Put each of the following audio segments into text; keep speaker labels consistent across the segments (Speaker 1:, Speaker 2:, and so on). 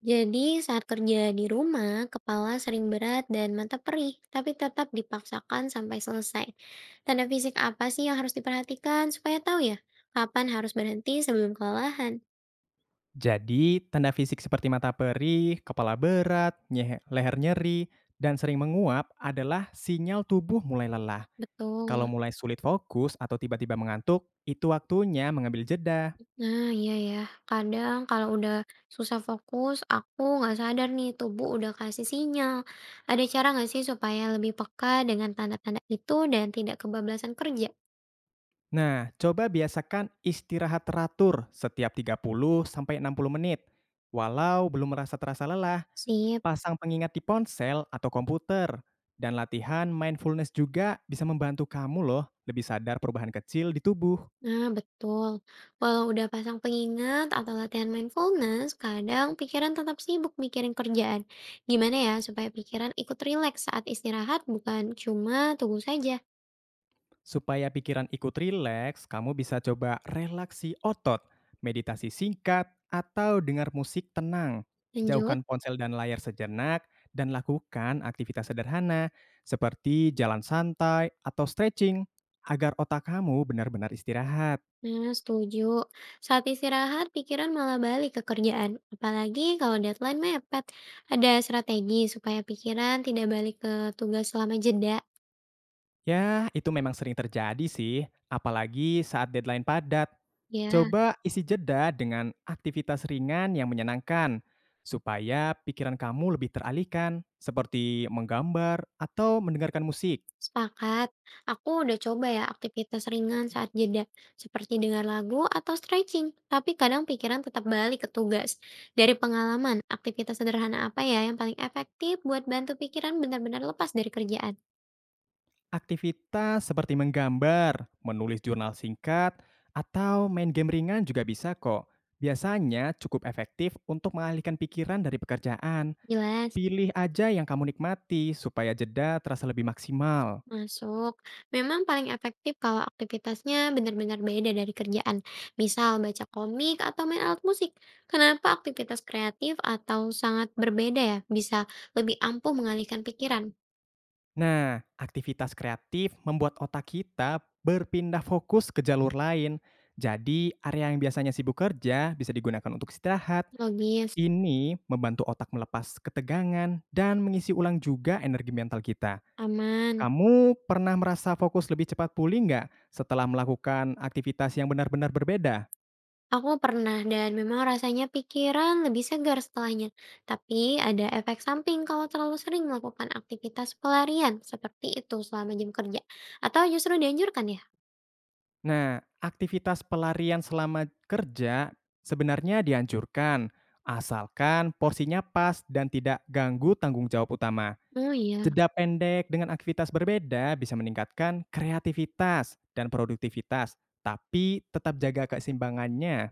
Speaker 1: Jadi saat kerja di rumah, kepala sering berat dan mata perih, tapi tetap dipaksakan sampai selesai. Tanda fisik apa sih yang harus diperhatikan supaya tahu ya kapan harus berhenti sebelum kelelahan?
Speaker 2: Jadi, tanda fisik seperti mata perih, kepala berat, leher nyeri, dan sering menguap adalah sinyal tubuh mulai lelah. Kalau
Speaker 1: Betul.
Speaker 2: mulai sulit fokus atau tiba-tiba mengantuk, itu waktunya mengambil jeda.
Speaker 1: Nah, iya ya. Kadang kalau udah susah fokus, aku nggak sadar nih tubuh udah kasih sinyal. Ada cara nggak sih supaya lebih peka dengan tanda-tanda itu dan tidak kebablasan kerja?
Speaker 2: Nah, coba biasakan istirahat teratur setiap 30 sampai 60 menit. Walau belum terasa lelah,
Speaker 1: Sip.
Speaker 2: pasang pengingat di ponsel atau komputer. Dan latihan mindfulness juga bisa membantu kamu loh lebih sadar perubahan kecil di tubuh.
Speaker 1: Nah, betul. Walau udah pasang pengingat atau latihan mindfulness, kadang pikiran tetap sibuk mikirin kerjaan. Gimana ya supaya pikiran ikut rileks saat istirahat, bukan cuma tunggu saja.
Speaker 2: Supaya pikiran ikut rileks, kamu bisa coba relaksi otot, meditasi singkat, atau dengar musik tenang.
Speaker 1: Lanjut.
Speaker 2: Jauhkan ponsel dan layar sejenak, dan lakukan aktivitas sederhana seperti jalan santai atau stretching agar otak kamu benar-benar istirahat.
Speaker 1: Nah, setuju. Saat istirahat, pikiran malah balik ke kerjaan. Apalagi kalau deadline mepet. Ada strategi supaya pikiran tidak balik ke tugas selama jeda.
Speaker 2: Ya, itu memang sering terjadi sih, apalagi saat deadline padat.
Speaker 1: Ya.
Speaker 2: Coba isi jeda dengan aktivitas ringan yang menyenangkan, supaya pikiran kamu lebih teralihkan, seperti menggambar atau mendengarkan musik.
Speaker 1: Sepakat. Aku udah coba ya aktivitas ringan saat jeda, seperti dengar lagu atau stretching, tapi kadang pikiran tetap balik ke tugas. Dari pengalaman, aktivitas sederhana apa ya yang paling efektif buat bantu pikiran benar-benar lepas dari kerjaan?
Speaker 2: Aktivitas seperti menggambar, menulis jurnal singkat, atau main game ringan juga bisa kok. Biasanya cukup efektif untuk mengalihkan pikiran dari pekerjaan.
Speaker 1: Jelas,
Speaker 2: Pilih aja yang kamu nikmati supaya jeda terasa lebih maksimal.
Speaker 1: masuk. Memang paling efektif kalau aktivitasnya benar-benar beda dari kerjaan. Misal baca komik atau main alat musik. Kenapa aktivitas kreatif atau sangat berbeda ya bisa lebih ampuh mengalihkan pikiran?
Speaker 2: Nah, aktivitas kreatif membuat otak kita berpindah fokus ke jalur lain. Jadi, area yang biasanya sibuk kerja bisa digunakan untuk istirahat.
Speaker 1: Logis.
Speaker 2: Ini membantu otak melepas ketegangan dan mengisi ulang juga energi mental kita.
Speaker 1: Aman.
Speaker 2: Kamu pernah merasa fokus lebih cepat pulih nggak setelah melakukan aktivitas yang benar-benar berbeda?
Speaker 1: Aku pernah dan memang rasanya pikiran lebih segar setelahnya. Tapi ada efek samping kalau terlalu sering melakukan aktivitas pelarian seperti itu selama jam kerja. Atau justru dianjurkan ya?
Speaker 2: Nah, aktivitas pelarian selama kerja sebenarnya dianjurkan, asalkan porsinya pas dan tidak ganggu tanggung jawab utama.
Speaker 1: Oh iya,
Speaker 2: Jeda pendek dengan aktivitas berbeda bisa meningkatkan kreativitas dan produktivitas, tapi tetap jaga keseimbangannya.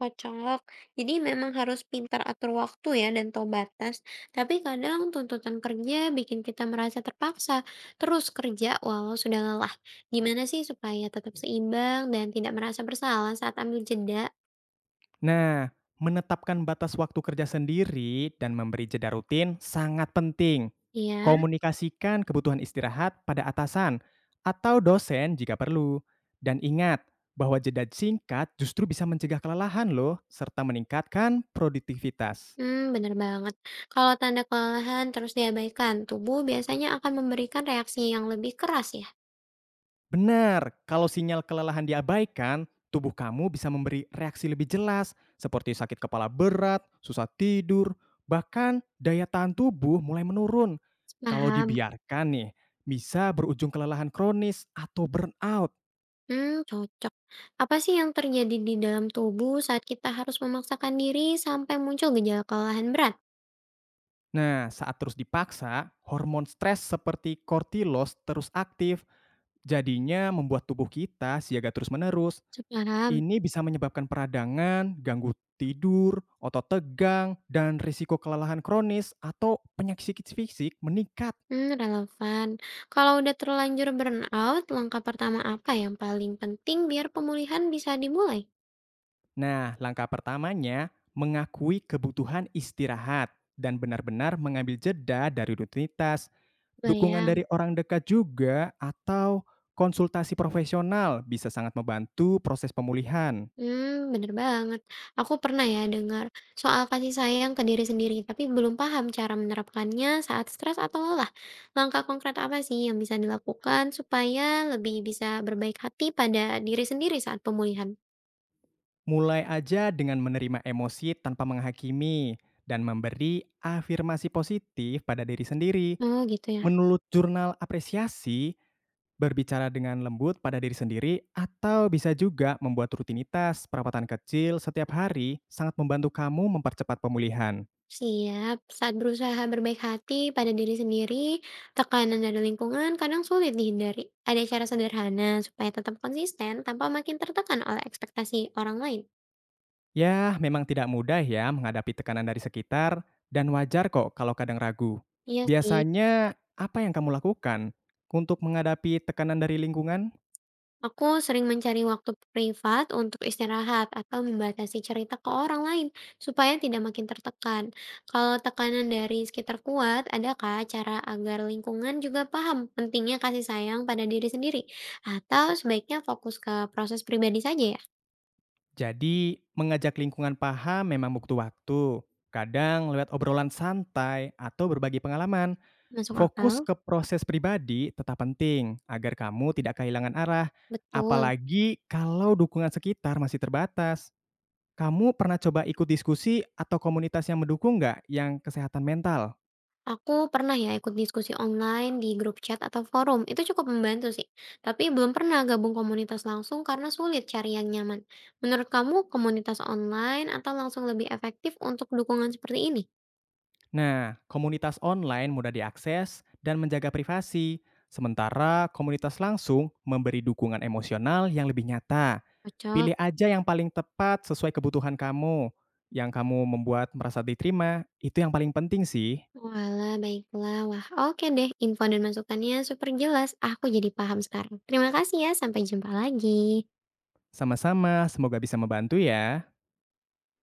Speaker 1: kocok. Jadi memang harus pintar atur waktu ya dan tahu batas. Tapi kadang tuntutan kerja bikin kita merasa terpaksa terus kerja walau sudah lelah. Gimana sih supaya tetap seimbang dan tidak merasa bersalah saat ambil jeda?
Speaker 2: Nah, menetapkan batas waktu kerja sendiri dan memberi jeda rutin sangat penting.
Speaker 1: Ya.
Speaker 2: Komunikasikan kebutuhan istirahat pada atasan atau dosen jika perlu. Dan ingat bahwa jeda singkat justru bisa mencegah kelelahan loh, serta meningkatkan produktivitas.
Speaker 1: Mmm, bener banget. Kalau tanda kelelahan terus diabaikan, tubuh biasanya akan memberikan reaksi yang lebih keras ya?
Speaker 2: Benar, kalau sinyal kelelahan diabaikan, tubuh kamu bisa memberi reaksi lebih jelas seperti sakit kepala berat, susah tidur, bahkan daya tahan tubuh mulai menurun. Kalau
Speaker 1: Paham.
Speaker 2: dibiarkan nih, bisa berujung kelelahan kronis atau burnout.
Speaker 1: Mmm, cocok. Apa sih yang terjadi di dalam tubuh saat kita harus memaksakan diri sampai muncul gejala kelelahan berat?
Speaker 2: Nah, saat terus dipaksa, hormon stres seperti kortilos terus aktif, jadinya membuat tubuh kita siaga terus-menerus.
Speaker 1: Paham?
Speaker 2: Ini bisa menyebabkan peradangan, ganggu tidur, otot tegang, dan risiko kelelahan kronis atau penyakit fisik meningkat.
Speaker 1: Mmm, relevan. Kalau udah terlanjur burnout, langkah pertama apa yang paling penting biar pemulihan bisa dimulai?
Speaker 2: Nah, langkah pertamanya mengakui kebutuhan istirahat dan benar-benar mengambil jeda dari rutinitas. Dukungan dari
Speaker 1: Bayang.
Speaker 2: orang dekat juga atau konsultasi profesional bisa sangat membantu proses pemulihan.
Speaker 1: Hmm, bener banget. Aku pernah ya dengar soal kasih sayang ke diri sendiri, tapi belum paham cara menerapkannya saat stres atau lelah. Langkah konkret apa sih yang bisa dilakukan supaya lebih bisa berbaik hati pada diri sendiri saat pemulihan?
Speaker 2: Mulai aja dengan menerima emosi tanpa menghakimi dan memberi afirmasi positif pada diri sendiri.
Speaker 1: Oh, gitu ya.
Speaker 2: Menurut jurnal apresiasi, berbicara dengan lembut pada diri sendiri atau bisa juga membuat rutinitas perawatan kecil setiap hari sangat membantu kamu mempercepat pemulihan.
Speaker 1: Siap. Saat berusaha berbaik hati pada diri sendiri, tekanan dari lingkungan kadang sulit dihindari. Ada cara sederhana supaya tetap konsisten tanpa makin tertekan oleh ekspektasi orang lain?
Speaker 2: Ya, memang tidak mudah ya menghadapi tekanan dari sekitar dan wajar kok kalau kadang ragu.
Speaker 1: Iya sih.
Speaker 2: Biasanya apa yang kamu lakukan untuk menghadapi tekanan dari lingkungan?
Speaker 1: Aku sering mencari waktu privat untuk istirahat atau membatasi cerita ke orang lain supaya tidak makin tertekan. Kalau tekanan dari sekitar kuat, adakah cara agar lingkungan juga paham pentingnya kasih sayang pada diri sendiri? Atau sebaiknya fokus ke proses pribadi saja ya?
Speaker 2: Jadi, mengajak lingkungan paham memang butuh waktu. Kadang lewat obrolan santai atau berbagi pengalaman,
Speaker 1: Masuk
Speaker 2: fokus
Speaker 1: akal?
Speaker 2: ke proses pribadi tetap penting agar kamu tidak kehilangan arah.
Speaker 1: Betul.
Speaker 2: Apalagi kalau dukungan sekitar masih terbatas. Kamu pernah coba ikut diskusi atau komunitas yang mendukung nggak yang kesehatan mental?
Speaker 1: Aku pernah ya ikut diskusi online di grup chat atau forum, itu cukup membantu sih. Tapi belum pernah gabung komunitas langsung karena sulit cari yang nyaman. Menurut kamu komunitas online atau langsung lebih efektif untuk dukungan seperti ini?
Speaker 2: Nah, komunitas online mudah diakses dan menjaga privasi, sementara komunitas langsung memberi dukungan emosional yang lebih nyata.
Speaker 1: Cocok.
Speaker 2: Pilih aja yang paling tepat sesuai kebutuhan kamu. Yang kamu membuat merasa diterima, itu yang paling penting sih.
Speaker 1: Walah, baiklah. Wah, oke deh. Info dan masukannya super jelas. Aku jadi paham sekarang. Terima kasih ya. Sampai jumpa lagi.
Speaker 2: Sama-sama, semoga bisa membantu ya.